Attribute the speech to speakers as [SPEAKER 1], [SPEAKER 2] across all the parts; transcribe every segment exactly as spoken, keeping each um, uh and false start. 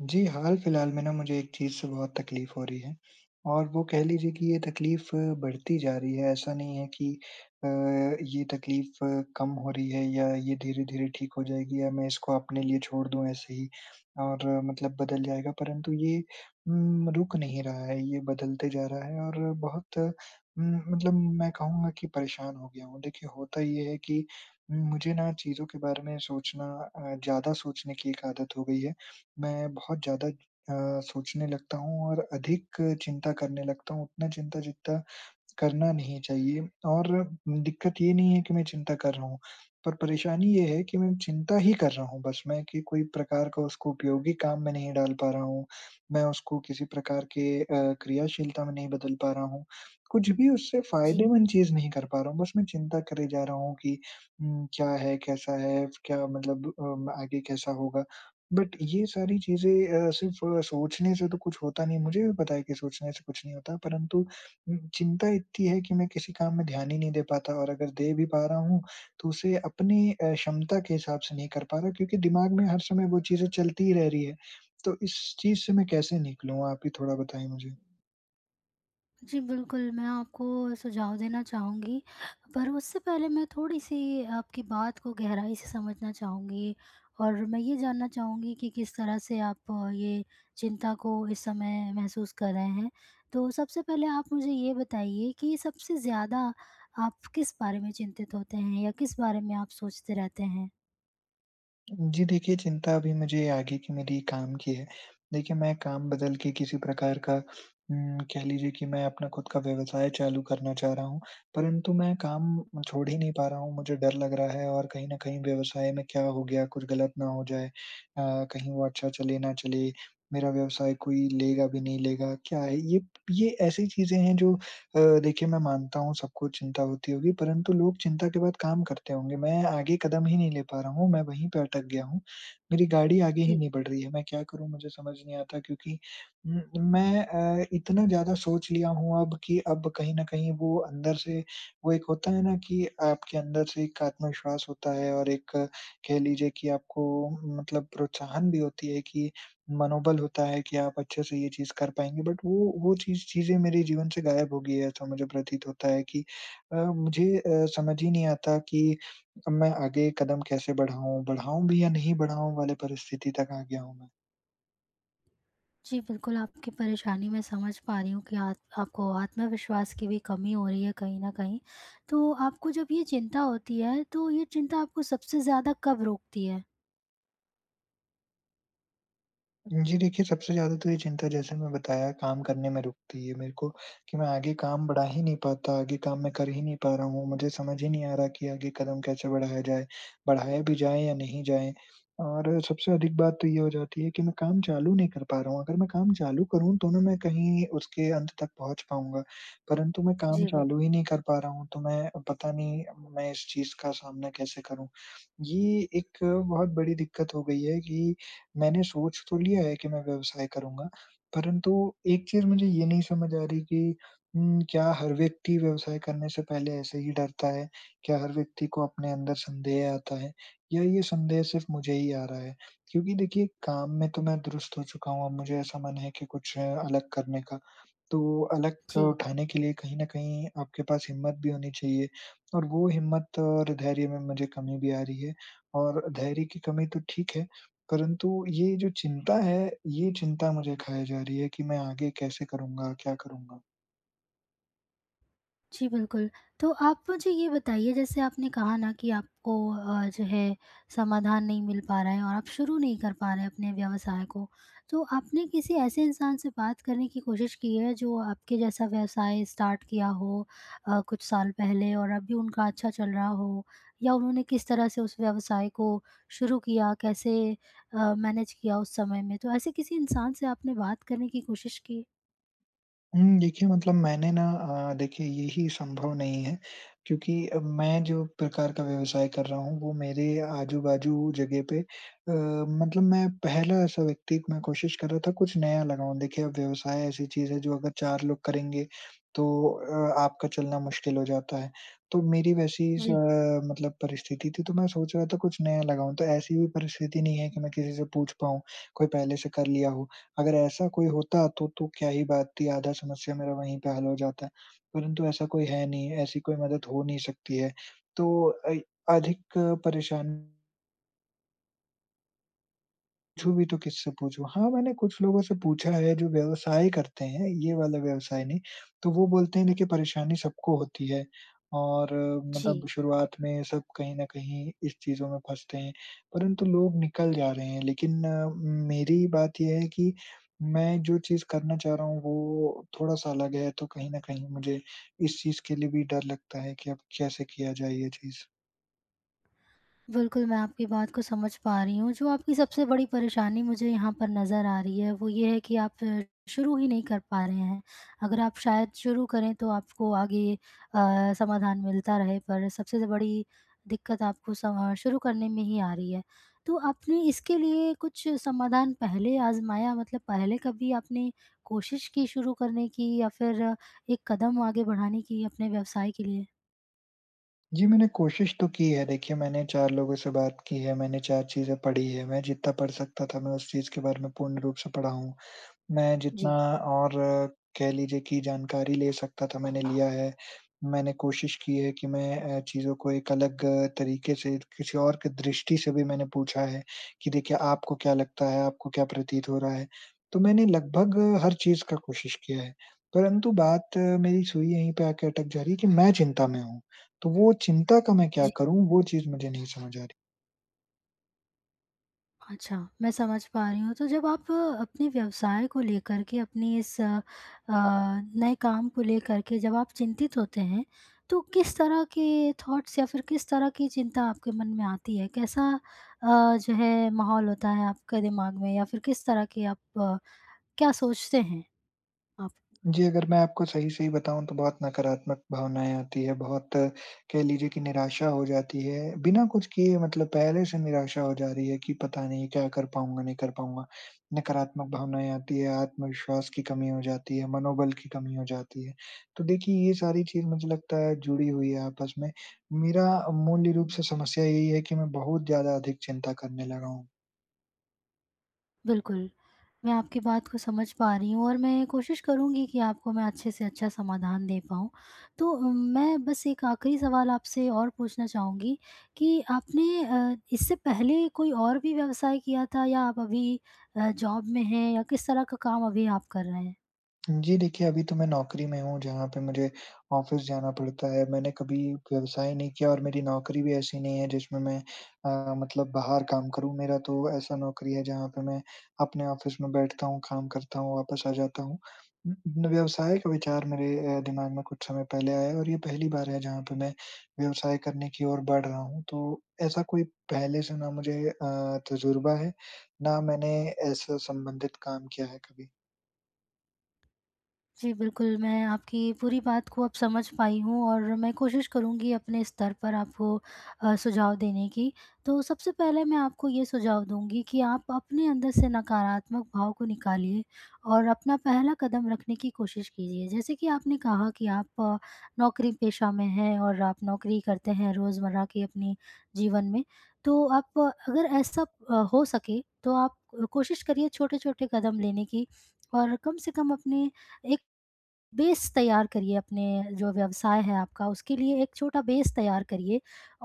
[SPEAKER 1] जी, हाल-फिलहाल में ना मुझे एक चीज़ से बहुत तकलीफ़ हो रही है और वो कह लीजिए कि ये तकलीफ़ बढ़ती जा रही है। ऐसा नहीं है कि अ, ये तकलीफ़ कम हो रही है या ये धीरे-धीरे ठीक हो जाएगी या मैं इसको अपने लिए छोड़ दूँ ऐसे ही और अ, मतलब बदल जाएगा, परंतु ये उम, रुक नहीं रहा है, ये बदलते जा रहा है और बहुत उम, मतलब मैं कहूँगा कि परेशान हो गया हूँ। देखिए, होता ये है कि हम्म, मुझे ना चीज़ों के बारे में सोचना अ, ज़्यादा सोचने की एक आदत हो गई है। मैं बहुत ज़्यादा अ, सोचने लगता हूँ और अधिक चिंता करने लगता हूँ, उतना चिंता जितना करना नहीं चाहिए। और दिक्कत ये नहीं है कि मैं चिंता कर रहा हूँ, पर परेशानी ये है कि मैं चिंता ही कर रहा हूँ, बस मैं कि कोई प्रकार का उसको उपयोगी काम में नहीं डाल पा रहा हूँ। मैं उसको किसी प्रकार के अ, क्रियाशीलता में नहीं बदल पा रहा हूँ। कुछ भी उससे
[SPEAKER 2] जी,
[SPEAKER 1] फ़ायदेमंद चीज़ नहीं कर पा रहा हूँ, बस मैं चिंता करे जा रहा हूँ कि उम, क्या है, कैसा है, क्या मतलब अम, आगे कैसा होगा? बट ये सारी चीज़ें अ, सिर्फ़ सोचने से तो कुछ होता नहीं, मुझे भी पता है कि सोचने से कुछ नहीं होता। परंतु उम, चिंता इतनी है कि मैं किसी काम में ध्यान ही नहीं दे पाता, और अगर दे भी पा रहा हूँ, तो उसे अपनी अ, क्षमता के हिसाब से नहीं कर पा रहा, क्योंकि दिमाग में हर समय वो चीज़ें चलती ही रह रही है। तो इस चीज़ से मैं कैसे निकलूँ? आप ही थोड़ा बताएँ मुझे।
[SPEAKER 2] जी बिल्कुल, मैं आपको सुझाव देना चाहूँगी, पर उससे पहले मैं थोड़ी-सी आपकी बात को गहराई से समझना चाहूँगी और मैं ये जानना चाहूँगी कि किस तरह से आप अ, ये चिंता को इस समय महसूस कर रहे हैं। तो सबसे पहले आप मुझे ये बताइए कि सबसे ज़्यादा आप किस बारे में चिंतित होते हैं या किस बारे में आप सोचते रहते हैं?
[SPEAKER 1] जी देखिए, चिंता अभी मुझे आगे की मेरी काम की है। देखिए, मैं काम बदल के किसी प्रकार का उम, कह लीजिए कि मैं अपना खुद का व्यवसाय चालू करना चाह रहा हूँ, परंतु मैं काम छोड़ ही नहीं पा रहा हूँ। मुझे डर लग रहा है और कहीं न कहीं व्यवसाय में क्या हो गया, कुछ गलत ना हो जाए। अ, कहीं वो अच्छा चले ना चले, मेरा व्यवसाय कोई लेगा भी नहीं लेगा, क्या है? ये ये ऐसी चीज़ें हैं जो अ, देखिए मैं मानता हूँ सबको चिंता होती होगी, परंतु लोग चिंता के बाद काम करते होंगे। मैं आगे कदम ही नहीं ले पा रहा हूँ, मैं वहीं पे अटक गया हूँ। मेरी गाड़ी आगे ही
[SPEAKER 2] जी।
[SPEAKER 1] नहीं बढ़ रही है। मैं क्या करूँ मुझे समझ नहीं आता, क्योंकि उम, मैं अ, इतना ज़्यादा सोच लिया हूँ अब कि अब कहीं न कहीं वो अंदर से, वो एक होता है ना कि आपके अंदर से एक आत्मविश्वास होता है और एक अ, कह लीजिए कि आपको मतलब प्रोत्साहन भी होती है कि मनोबल होता है कि आप अच्छे से ये चीज़ कर पाएँगे, बट वो वो चीज़ चीज़ें मेरे जीवन से गायब हो गई है, ऐसा मुझे प्रतीत होता है कि अ, मुझे अ, समझ ही नहीं आता कि मैं आगे कदम कैसे बढ़ाऊँ? बढ़ाऊँ भी या नहीं बढ़ाऊँ वाले परिस्थिति तक आ गया हूँ मैं।
[SPEAKER 2] जी, बिल्कुल आपकी परेशानी मैं समझ पा रही हूँ कि आत आपको आत्मविश्वास की भी कमी हो रही है कहीं न कहीं। तो आपको जब ये चिंता होती है, तो ये चिंता आपको सबसे ज़्यादा कब रोकती है?
[SPEAKER 1] जी देखिए, सबसे ज़्यादा तो ये चिंता जैसे मैं बताया काम करने में रुकती है मेरे को, कि मैं आगे काम बढ़ा ही नहीं पाता, आगे काम मैं कर ही नहीं पा रहा हूँ। मुझे समझ ही नहीं आ रहा कि आगे कदम कैसे बढ़ाया जाए, बढ़ाया भी जाए या नहीं जाए? और सबसे अधिक बात तो ये हो जाती है कि मैं काम चालू नहीं कर पा रहा हूँ। अगर मैं काम चालू करूँ तो ना मैं कहीं उसके अंत तक पहुँच पाऊँगा, परंतु मैं काम
[SPEAKER 2] जी, ब
[SPEAKER 1] चालू ही नहीं कर पा रहा हूँ, तो मैं पता नहीं मैं इस चीज़ का सामना कैसे करूँ? ये एक बहुत बड़ी दिक्कत हो गई है कि मैंने सोच तो लिया है कि मैं व्यवसाय करूँगा, परंतु एक चीज़ मुझे ये नहीं समझ आ रही कि उम, क्या हर व्यक्ति व्यवसाय करने से पहले ऐसे ही डरता है? क्या हर व्यक्ति को अपने अंदर संदेह आता है? या ये संदेह सिर्फ मुझे ही आ रहा है? क्योंकि देखिए काम में तो मैं दुरुस्त हो चुका हूँ, अब मुझे ऐसा मन है कि कुछ अ, अलग करने का। तो अलग
[SPEAKER 2] जी।
[SPEAKER 1] उठाने के लिए कहीं न कहीं आपके पास हिम्मत भी होनी चाहिए, और वो हिम्मत और धैर्य में मुझे कमी भी आ रही है। और धैर्य की कमी तो ठीक है, परंतु ये जो चिंता है, ये चिंता मुझे खाए जा रही है कि मैं आगे कैसे करूँगा, क्या करूँगा?
[SPEAKER 2] जी, बिल्कुल। तो आप मुझे ये बताइए जैसे आपने कहा ना कि आपको अ, जो है समाधान नहीं मिल पा रहा है और आप शुरू नहीं कर पा रहे अपने व्यवसाय को। तो आपने किसी ऐसे इंसान से बात करने की कोशिश की है जो आपके जैसा व्यवसाय स्टार्ट किया हो अ, कुछ साल पहले और अभी उनका अच्छा चल रहा हो? या उन्होंने किस तरह से उस व्यवसाय को शुरू किया? कैसे अ, मैनेज किया उस समय में? तो ऐसे किसी इंसान से आपने बात करने की कोशिश की?
[SPEAKER 1] हुँ, देखिए मतलब मैंने ना अ, देखिए यही संभव नहीं है, क्योंकि अ, मैं जो प्रकार का व्यवसाय कर रहा हूँ वो मेरे आजू-बाजू जगह पे अ, मतलब मैं पहला ऐसा व्यक्ति, मैं कोशिश कर रहा था कुछ नया लगाऊँ। देखिए अब व्यवसाय ऐसी चीज़ है जो अगर चार लोग करेंगे तो अ, आपका चलना मुश्किल हो जाता है। तो मेरी वैसी स
[SPEAKER 2] जी।
[SPEAKER 1] मतलब परिस्थिति थी, तो मैं सोच रहा था कुछ नया लगाऊँ। तो ऐसी भी परिस्थिति नहीं है कि मैं किसी से पूछ पाऊँ, कोई पहले से कर लिया हो। अगर ऐसा कोई होता तो तो क्या ही बात थी, आधा समस्या मेरा वहीं पे हल हो जाता। परंतु ऐसा कोई है नहीं, ऐसी कोई मदद हो नहीं सकती है। तो अई अधिक परेशान, पूछूँ भी तो किससे पूछूँ? हाँ, मैंने कुछ लोगों से पूछा है जो व्यवसाय करते हैं, ये वाला व्यवसाय नहीं, तो वो बोलते हैं देखिए परेशानी सबको होती है और अ,
[SPEAKER 2] जी।
[SPEAKER 1] मतलब शुरुआत में सब कहीं न कहीं इस चीज़ों में फँसते हैं, परंतु लोग निकल जा रहे हैं। लेकिन अ, मेरी बात ये है कि मैं जो चीज़ करना चाह रहा हूँ वो थोड़ा-सा अलग है, तो कहीं न कहीं मुझे इस चीज़ के लिए भी डर लगता है कि अब कैसे किया जाए ये चीज़।
[SPEAKER 2] बिल्कुल, मैं आपकी बात को समझ पा रही हूँ। जो आपकी सबसे बड़ी परेशानी मुझे यहाँ पर नज़र आ रही है, वो ये है कि आप अ, शुरू ही नहीं कर पा रहे हैं। अगर आप शायद शुरू करें तो आपको आगे अ, समाधान मिलता रहे, पर सबसे ज़ बड़ी दिक्कत आपको समा शुरू करने में ही आ रही है। तो आपने इसके लिए कुछ समाधान पहले आज़माया, मतलब पहले कभी आपने कोशिश की शुरू करने की या फिर अ, एक कदम आगे बढ़ाने की अपने व्यवसाय के लिए?
[SPEAKER 1] जी, मैंने कोशिश तो की है। देखिए, मैंने चार लोगों से बात की है, मैंने चार चीज़ें पढ़ी है। मैं जितना पढ़ सकता था, मैं उस चीज़ के बारे में पूर्ण रूप से पढ़ा हूँ। मैं जितना और अ, कह लीजिए कि जानकारी ले सकता था, मैंने लिया है। मैंने कोशिश की है कि मैं अ, चीज़ों को एक अलग अ, तरीके से, किसी और की दृष्टि से भी मैंने पूछा है कि देखिए आपको क्या लगता है, आपको क्या प्रतीत हो रहा है? तो मैंने लगभग अ, हर चीज़ का कोशिश किया है, परंतु बात अ, मेरी सुई यहीं पे आके अटक जा रही है कि मैं चिंता में हूँ। तो वो चिंता का मैं क्या
[SPEAKER 2] जी।
[SPEAKER 1] करूँ, वो चीज़ मुझे नहीं समझ आ।
[SPEAKER 2] अच्छा, मैं समझ पा रही हूँ। तो जब आप अ, अपने व्यवसाय को लेकर के, अपने इस अ, अ, नए काम को लेकर के जब आप चिंतित होते हैं, तो किस तरह के थॉट्स या फिर किस तरह की चिंता आपके मन में आती है? कैसा अ, जो है माहौल होता है आपके दिमाग में, या फिर किस तरह की आप अ, क्या सोचते हैं आप?
[SPEAKER 1] जी, अगर मैं आपको सही-सही बताऊँ तो बहुत नकारात्मक भावनाएँ आती है, बहुत कह लीजिए कि निराशा हो जाती है, बिना कुछ किए मतलब पहले से निराशा हो जा रही है कि पता नहीं क्या कर पाऊँगा, नहीं कर पाऊँगा। नकारात्मक भावनाएँ आती है, आत्मविश्वास की कमी हो जाती है, मनोबल की कमी हो जाती है। तो देखिए ये सारी चीज़ मुझे लगता है जुड़ी हुई है आपस में। मेरा मूल्य रूप से समस्या यही है कि मैं बहुत ज़्यादा अधिक चिंता करने लगा हूँ।
[SPEAKER 2] बिल्कुल, मैं आपकी बात को समझ पा रही हूँ और मैं कोशिश करूँगी कि आपको मैं अच्छे से अच्छा समाधान दे पाऊँ। तो अ, मैं बस एक आखिरी सवाल आपसे और पूछना चाहूँगी कि आपने अ, इससे पहले कोई और भी व्यवसाय किया था, या आप अभी अ, जॉब में हैं, या किस तरह का काम अभी आप कर रहे हैं?
[SPEAKER 1] जी, देखिए अभी तो मैं नौकरी में हूँ जहाँ पे मुझे ऑफ़िस जाना पड़ता है। मैंने कभी व्यवसाय नहीं किया और मेरी नौकरी भी ऐसी नहीं है जिसमें मैं अ, मतलब बाहर काम करूँ। मेरा तो ऐसा नौकरी है जहाँ पे मैं अपने ऑफ़िस में बैठता हूँ, काम करता हूँ, वापस आ जाता हूँ। उम, व्यवसाय का विचार मेरे अ, दिमाग में कुछ समय पहले आया और ये पहली बार है जहाँ पे मैं व्यवसाय करने की ओर बढ़ रहा हूँ। तो ऐसा कोई पहले से ना मुझे अ, तजुर्बा है, ना मैंने ऐसा संबंधित काम किया है कभी।
[SPEAKER 2] जी, बिल्कुल, मैं आपकी पूरी बात को अब समझ पाई हूँ और मैं कोशिश करूँगी अपने स्तर पर आपको अ, सुझाव देने की। तो सबसे पहले मैं आपको ये सुझाव दूँगी कि आप अपने अंदर से नकारात्मक भाव को निकालिए और अपना पहला कदम रखने की कोशिश कीजिए। जैसे कि आपने कहा कि आप अ, नौकरी पेशा में हैं और आप नौकरी करते हैं रोज़मर्रा के अपने जीवन में। तो आप अ, अगर ऐसा अ, हो सके तो आप कोशिश करिए छोटे-छोटे कदम लेने की, और कम से कम अपने एक बेस तैयार करिए, अपने जो व्यवसाय है आपका उसके लिए एक छोटा बेस तैयार करिए,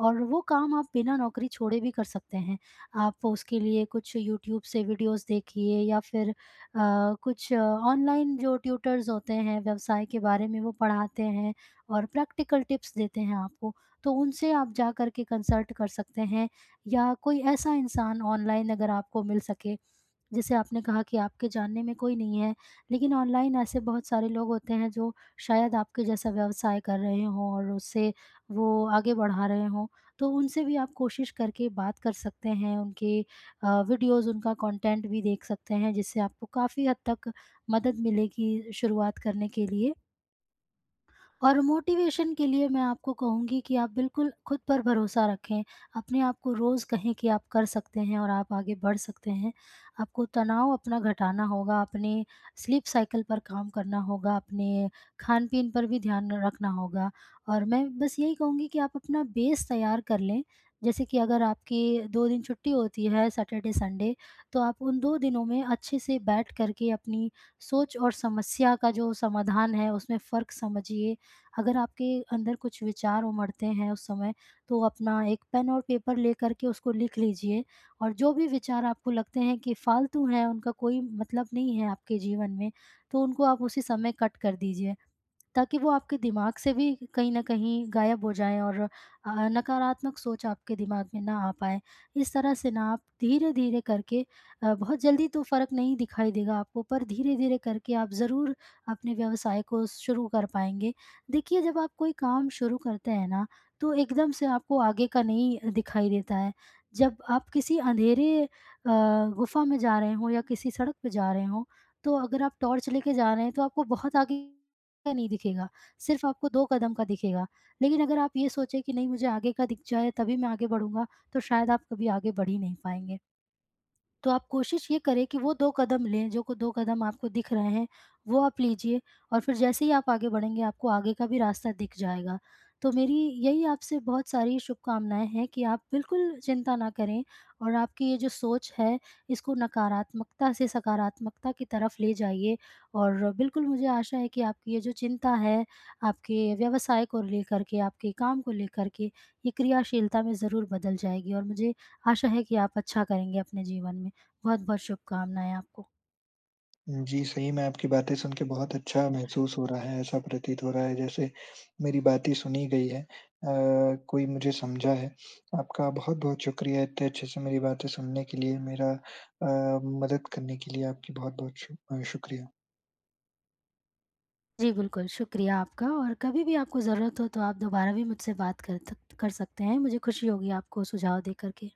[SPEAKER 2] और वो काम आप बिना नौकरी छोड़े भी कर सकते हैं। आप उसके लिए कुछ यूट्यूब से वीडियोज़ देखिए, या फिर अ, कुछ ऑनलाइन जो ट्यूटर्स होते हैं व्यवसाय के बारे में, वो पढ़ाते हैं और प्रैक्टिकल टिप्स देते हैं आपको, तो उनसे आप जा कर के कंसल्ट कर सकते हैं, या कोई ऐसा इंसान ऑनलाइन अगर आपको मिल सके। जैसे आपने कहा कि आपके जानने में कोई नहीं है, लेकिन ऑनलाइन ऐसे बहुत सारे लोग होते हैं जो शायद आपके जैसा व्यवसाय कर रहे हों और उससे वो आगे बढ़ा रहे हों, तो उनसे भी आप कोशिश करके बात कर सकते हैं, उनके अ, वीडियोज़, उनका कंटेंट भी देख सकते हैं, जिससे आपको काफ़ी हद तक मदद मिलेगी शुरुआत करने के लिए। और मोटिवेशन के लिए मैं आपको कहूँगी कि आप बिल्कुल खुद पर भरोसा रखें, अपने आप को रोज़ कहें कि आप कर सकते हैं और आप आगे बढ़ सकते हैं। आपको तनाव अपना घटाना होगा, अपने स्लीप साइकिल पर काम करना होगा, अपने खान-पीन पर भी ध्यान रखना होगा, और मैं बस यही कहूँगी कि आप अपना बेस तैयार कर लें। जैसे कि अगर आपकी दो दिन छुट्टी होती है, सैटरडे, संडे, तो आप उन दो दिनों में अच्छे से बैठ कर के अपनी सोच और समस्या का जो समाधान है उसमें फ़र्क समझिए। अगर आपके अंदर कुछ विचार उमड़ते हैं उस समय, तो अपना एक पेन और पेपर लेकर के उसको लिख लीजिए, और जो भी विचार आपको लगते हैं कि फ़ालतू हैं, उनका कोई मतलब नहीं है आपके जीवन में, तो उनको आप उसी समय कट कर दीजिए। ताकि वो आपके दिमाग से भी कहीं न कहीं गायब हो जाएँ और अ, नकारात्मक सोच आपके दिमाग में ना आ पाए। इस तरह से ना आप धीरे-धीरे करके, अ, बहुत जल्दी तो फ़र्क नहीं दिखाई देगा आपको, पर धीरे-धीरे करके आप ज़रूर अपने व्यवसाय को शुरू कर पाएँगे। देखिए, जब आप कोई काम शुरू करते हैं ना, तो एकदम से आपको आगे का नहीं दिखाई देता है। जब आप किसी अँधेरे अ, गुफ़ा में जा रहे हों या किसी सड़क पे जा रहे हों, तो अगर आप टॉर्च लेके जा रहे हैं तो आपको बहुत आगे का नहीं दिखेगा, सिर्फ़ आपको दो कदम का दिखेगा। लेकिन अगर आप ये सोचे कि नहीं, मुझे आगे का दिख जाए तभी मैं आगे बढ़ूँगा, तो शायद आप कभी आगे बढ़ ही नहीं पाएँगे। तो आप कोशिश ये करें कि वो दो कदम लें, जो को दो कदम आपको दिख रहे हैं, वो आप लीजिए, और फिर जैसे ही आप आगे बढ़ेंगे, आपको आगे का भी रास्ता दिख जाएगा। तो मेरी यही आपसे बहुत सारी शुभकामनाएँ हैं कि आप बिल्कुल चिंता ना करें, और आपकी ये जो सोच है, इसको नकारात्मकता से सकारात्मकता की तरफ ले जाइए, और बिल्कुल मुझे आशा है कि आपकी ये जो चिंता है, आपके व्यवसाय को लेकर के, आपके काम को लेकर के, ये क्रियाशीलता में ज़रूर बदल जाएगी, और मुझे आशा है कि आप अच्छा करेंगे अपने जीवन में। बहुत-बहुत शुभकामनाएँ आपको।
[SPEAKER 1] जी, सही में आपकी बातें सुन के बहुत अच्छा महसूस हो रहा है, ऐसा प्रतीत हो रहा है जैसे मेरी बातें सुनी गई हैं, अ, कोई मुझे समझा है। आपका बहुत-बहुत शुक्रिया इतने अच्छे से मेरी बातें सुनने के लिए, मेरा अ, मदद करने के लिए आपकी बहुत-बहुत शु अ, शुक्रिया।
[SPEAKER 2] जी, बिल्कुल, शुक्रिया आपका, और कभी भी आपको ज़रूरत हो तो आप दोबारा भी मुझसे बात कर थक कर सकते हैं। मुझे खुशी होगी आपको सुझाव दे कर के।